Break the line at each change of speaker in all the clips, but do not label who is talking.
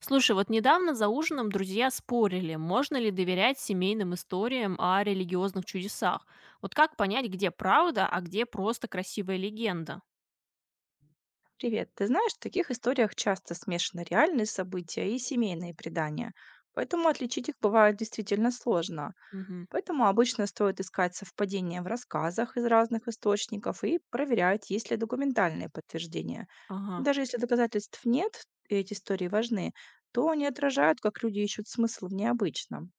Слушай, вот недавно за ужином друзья спорили, можно ли доверять семейным историям о религиозных чудесах. Вот как понять, где правда, а где просто красивая легенда?
Привет. Ты знаешь, в таких историях часто смешаны реальные события и семейные предания, поэтому отличить их бывает действительно сложно.
Мгм.
Поэтому обычно стоит искать совпадения в рассказах из разных источников и проверять, есть ли документальные подтверждения.
Ага.
Даже если доказательств нет, и эти истории важны, то они отражают, как люди ищут смысл в необычном.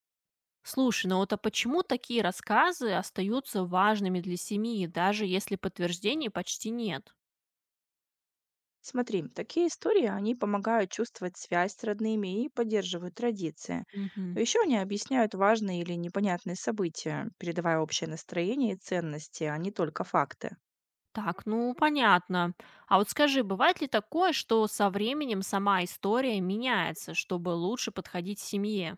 Слушай, ну вот а почему такие рассказы остаются важными для семьи, даже если подтверждений почти нет?
Смотри, такие истории, они помогают чувствовать связь с родными и поддерживают традиции.
Мгм.
Еще они объясняют важные или непонятные события, передавая общее настроение и ценности, а не только факты.
Так, ну понятно. А вот скажи, бывает ли такое, что со временем сама история меняется, чтобы лучше подходить семье?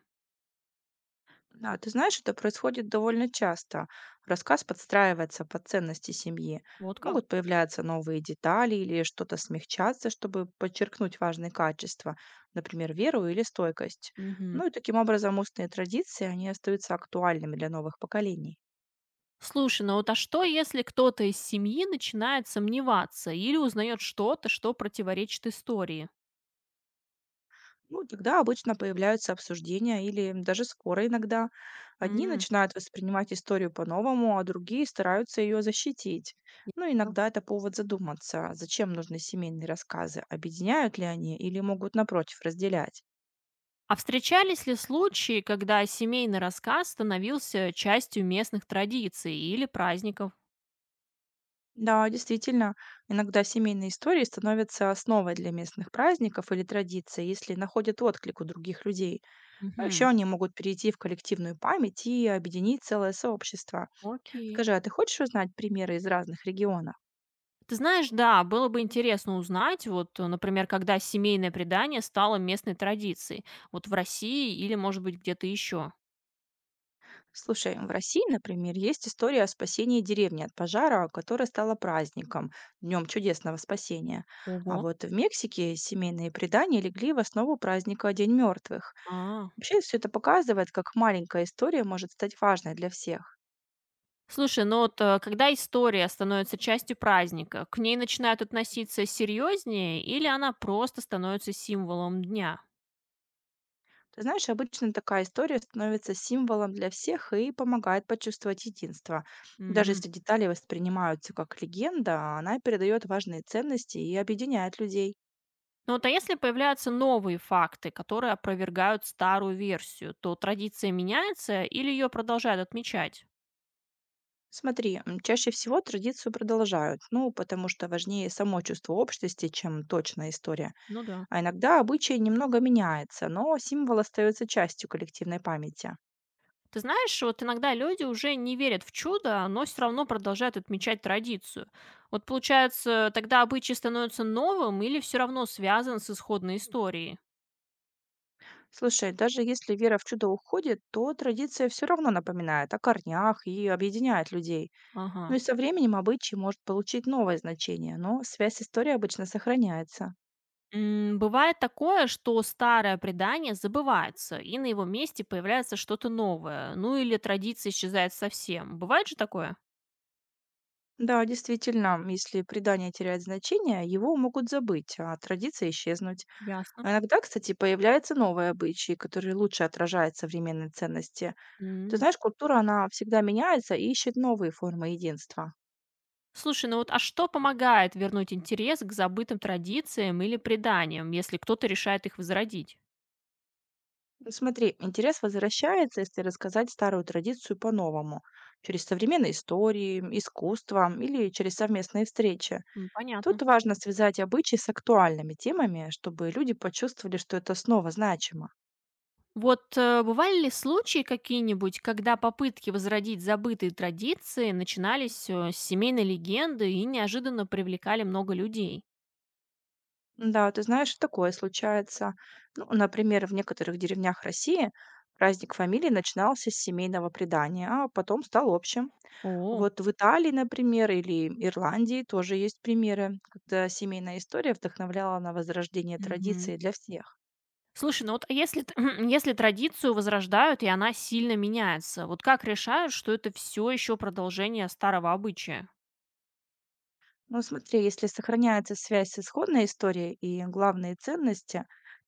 Да, ты знаешь, это происходит довольно часто. Рассказ подстраивается под ценности семьи.
Вот как?
Могут появляться новые детали или что-то смягчаться, чтобы подчеркнуть важные качества, например, веру или стойкость.
Мгм.
Ну и таким образом устные традиции, они остаются актуальными для новых поколений.
Слушай, ну вот а что, если кто-то из семьи начинает сомневаться или узнает что-то, что противоречит истории?
Ну, тогда обычно появляются обсуждения или даже споры иногда. Одни
М,
начинают воспринимать историю по-новому, а другие стараются ее защитить. Ну,
ясно.
иногда это повод задуматься, зачем нужны семейные рассказы, объединяют ли они или могут, напротив, разделять.
А встречались ли случаи, когда семейный рассказ становился частью местных традиций или праздников?
Да, действительно, иногда семейные истории становятся основой для местных праздников или традиций, если находят отклик у других людей. А еще
Мгм.
они могут перейти в коллективную память и объединить целое сообщество.
Окей.
Скажи, а ты хочешь узнать примеры из разных регионов?
Ты знаешь, да, было бы интересно узнать, вот, например, когда семейное предание стало местной традицией, вот в России или, может быть, где-то еще.
Слушай, в России, например, есть история о спасении деревни от пожара, которая стала праздником, днем чудесного спасения. А
Ого.
вот в Мексике семейные предания легли в основу праздника День мертвых.
А.
Вообще все это показывает, как маленькая история может стать важной для всех.
Слушай, ну вот, когда история становится частью праздника, к ней начинают относиться серьезнее или она просто становится символом дня?
Ты знаешь, обычно такая история становится символом для всех и помогает почувствовать единство. Даже
Мгм.
если детали воспринимаются как легенда, она передает важные ценности и объединяет людей.
Ну вот, а если появляются новые факты, которые опровергают старую версию, то традиция меняется или ее продолжают отмечать?
Смотри, чаще всего традицию продолжают, ну, потому что важнее само чувство общности, чем точная история.
Ну да.
А иногда обычай немного меняется, но символ остается частью коллективной памяти.
Ты знаешь, вот иногда люди уже не верят в чудо, но все равно продолжают отмечать традицию. Вот получается, тогда обычай становится новым или все равно связан с исходной историей?
Слушай, даже если вера в чудо уходит, то традиция все равно напоминает о корнях и объединяет людей.
Ага.
Ну и со временем обычай может получить новое значение, но связь с историей обычно сохраняется.
М, бывает такое, что старое предание забывается, и на его месте появляется что-то новое, ну или традиция исчезает совсем. Бывает же такое?
Да, действительно, если предание теряет значение, его могут забыть, а традиции исчезнуть.
Ясно.
А иногда, кстати, появляются новые обычаи, которые лучше отражают современные ценности. Ты
М.
знаешь, культура, она всегда меняется и ищет новые формы единства.
Слушай, ну вот а что помогает вернуть интерес к забытым традициям или преданиям, если кто-то решает их возродить?
Ну, смотри, интерес возвращается, если рассказать старую традицию по-новому, через современные истории, искусство или через совместные встречи.
М, понятно.
Тут важно связать обычаи с актуальными темами, чтобы люди почувствовали, что это снова значимо.
Вот бывали ли случаи какие-нибудь, когда попытки возродить забытые традиции начинались с семейной легенды и неожиданно привлекали много людей?
Да, ты знаешь, такое случается. Ну, например, в некоторых деревнях России праздник фамилии начинался с семейного предания, а потом стал общим.
О,
Вот в Италии, например, или Ирландии тоже есть примеры, когда семейная история вдохновляла на возрождение
мгм.
традиции для всех.
Слушай, ну вот а если, если традицию возрождают, и она сильно меняется, вот как решают, что это все еще продолжение старого обычая?
Но смотри, если сохраняется связь с исходной историей и главные ценности,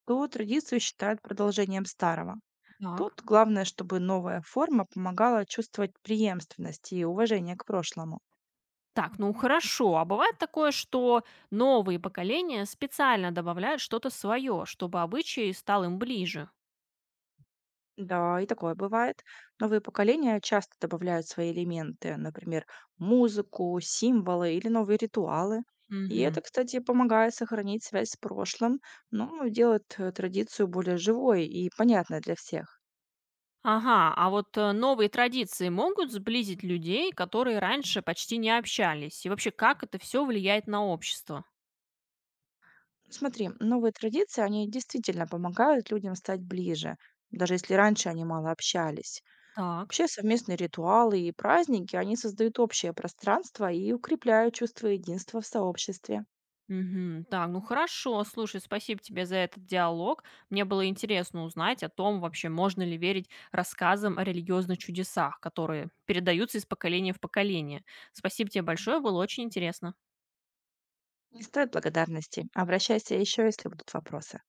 то традицию считают продолжением старого.
Так.
Тут главное, чтобы новая форма помогала чувствовать преемственность и уважение к прошлому.
Так, ну хорошо. А бывает такое, что новые поколения специально добавляют что-то свое, чтобы обычай стал им ближе.
Да, и такое бывает. Новые поколения часто добавляют свои элементы, например, музыку, символы или новые ритуалы. И это,
Мгм.
кстати, помогает сохранить связь с прошлым, но делает традицию более живой и понятной для всех.
Ага, а вот новые традиции могут сблизить людей, которые раньше почти не общались? И вообще, как это все влияет на общество?
Смотри, новые традиции, они действительно помогают людям стать ближе, даже если раньше они мало общались.
Так.
Вообще совместные ритуалы и праздники, они создают общее пространство и укрепляют чувство единства в сообществе.
Мгм. Так, ну хорошо, слушай, спасибо тебе за этот диалог. Мне было интересно узнать о том, вообще можно ли верить рассказам о религиозных чудесах, которые передаются из поколения в поколение. Спасибо тебе большое, было очень интересно.
Не стоит благодарности. Обращайся еще, если будут вопросы.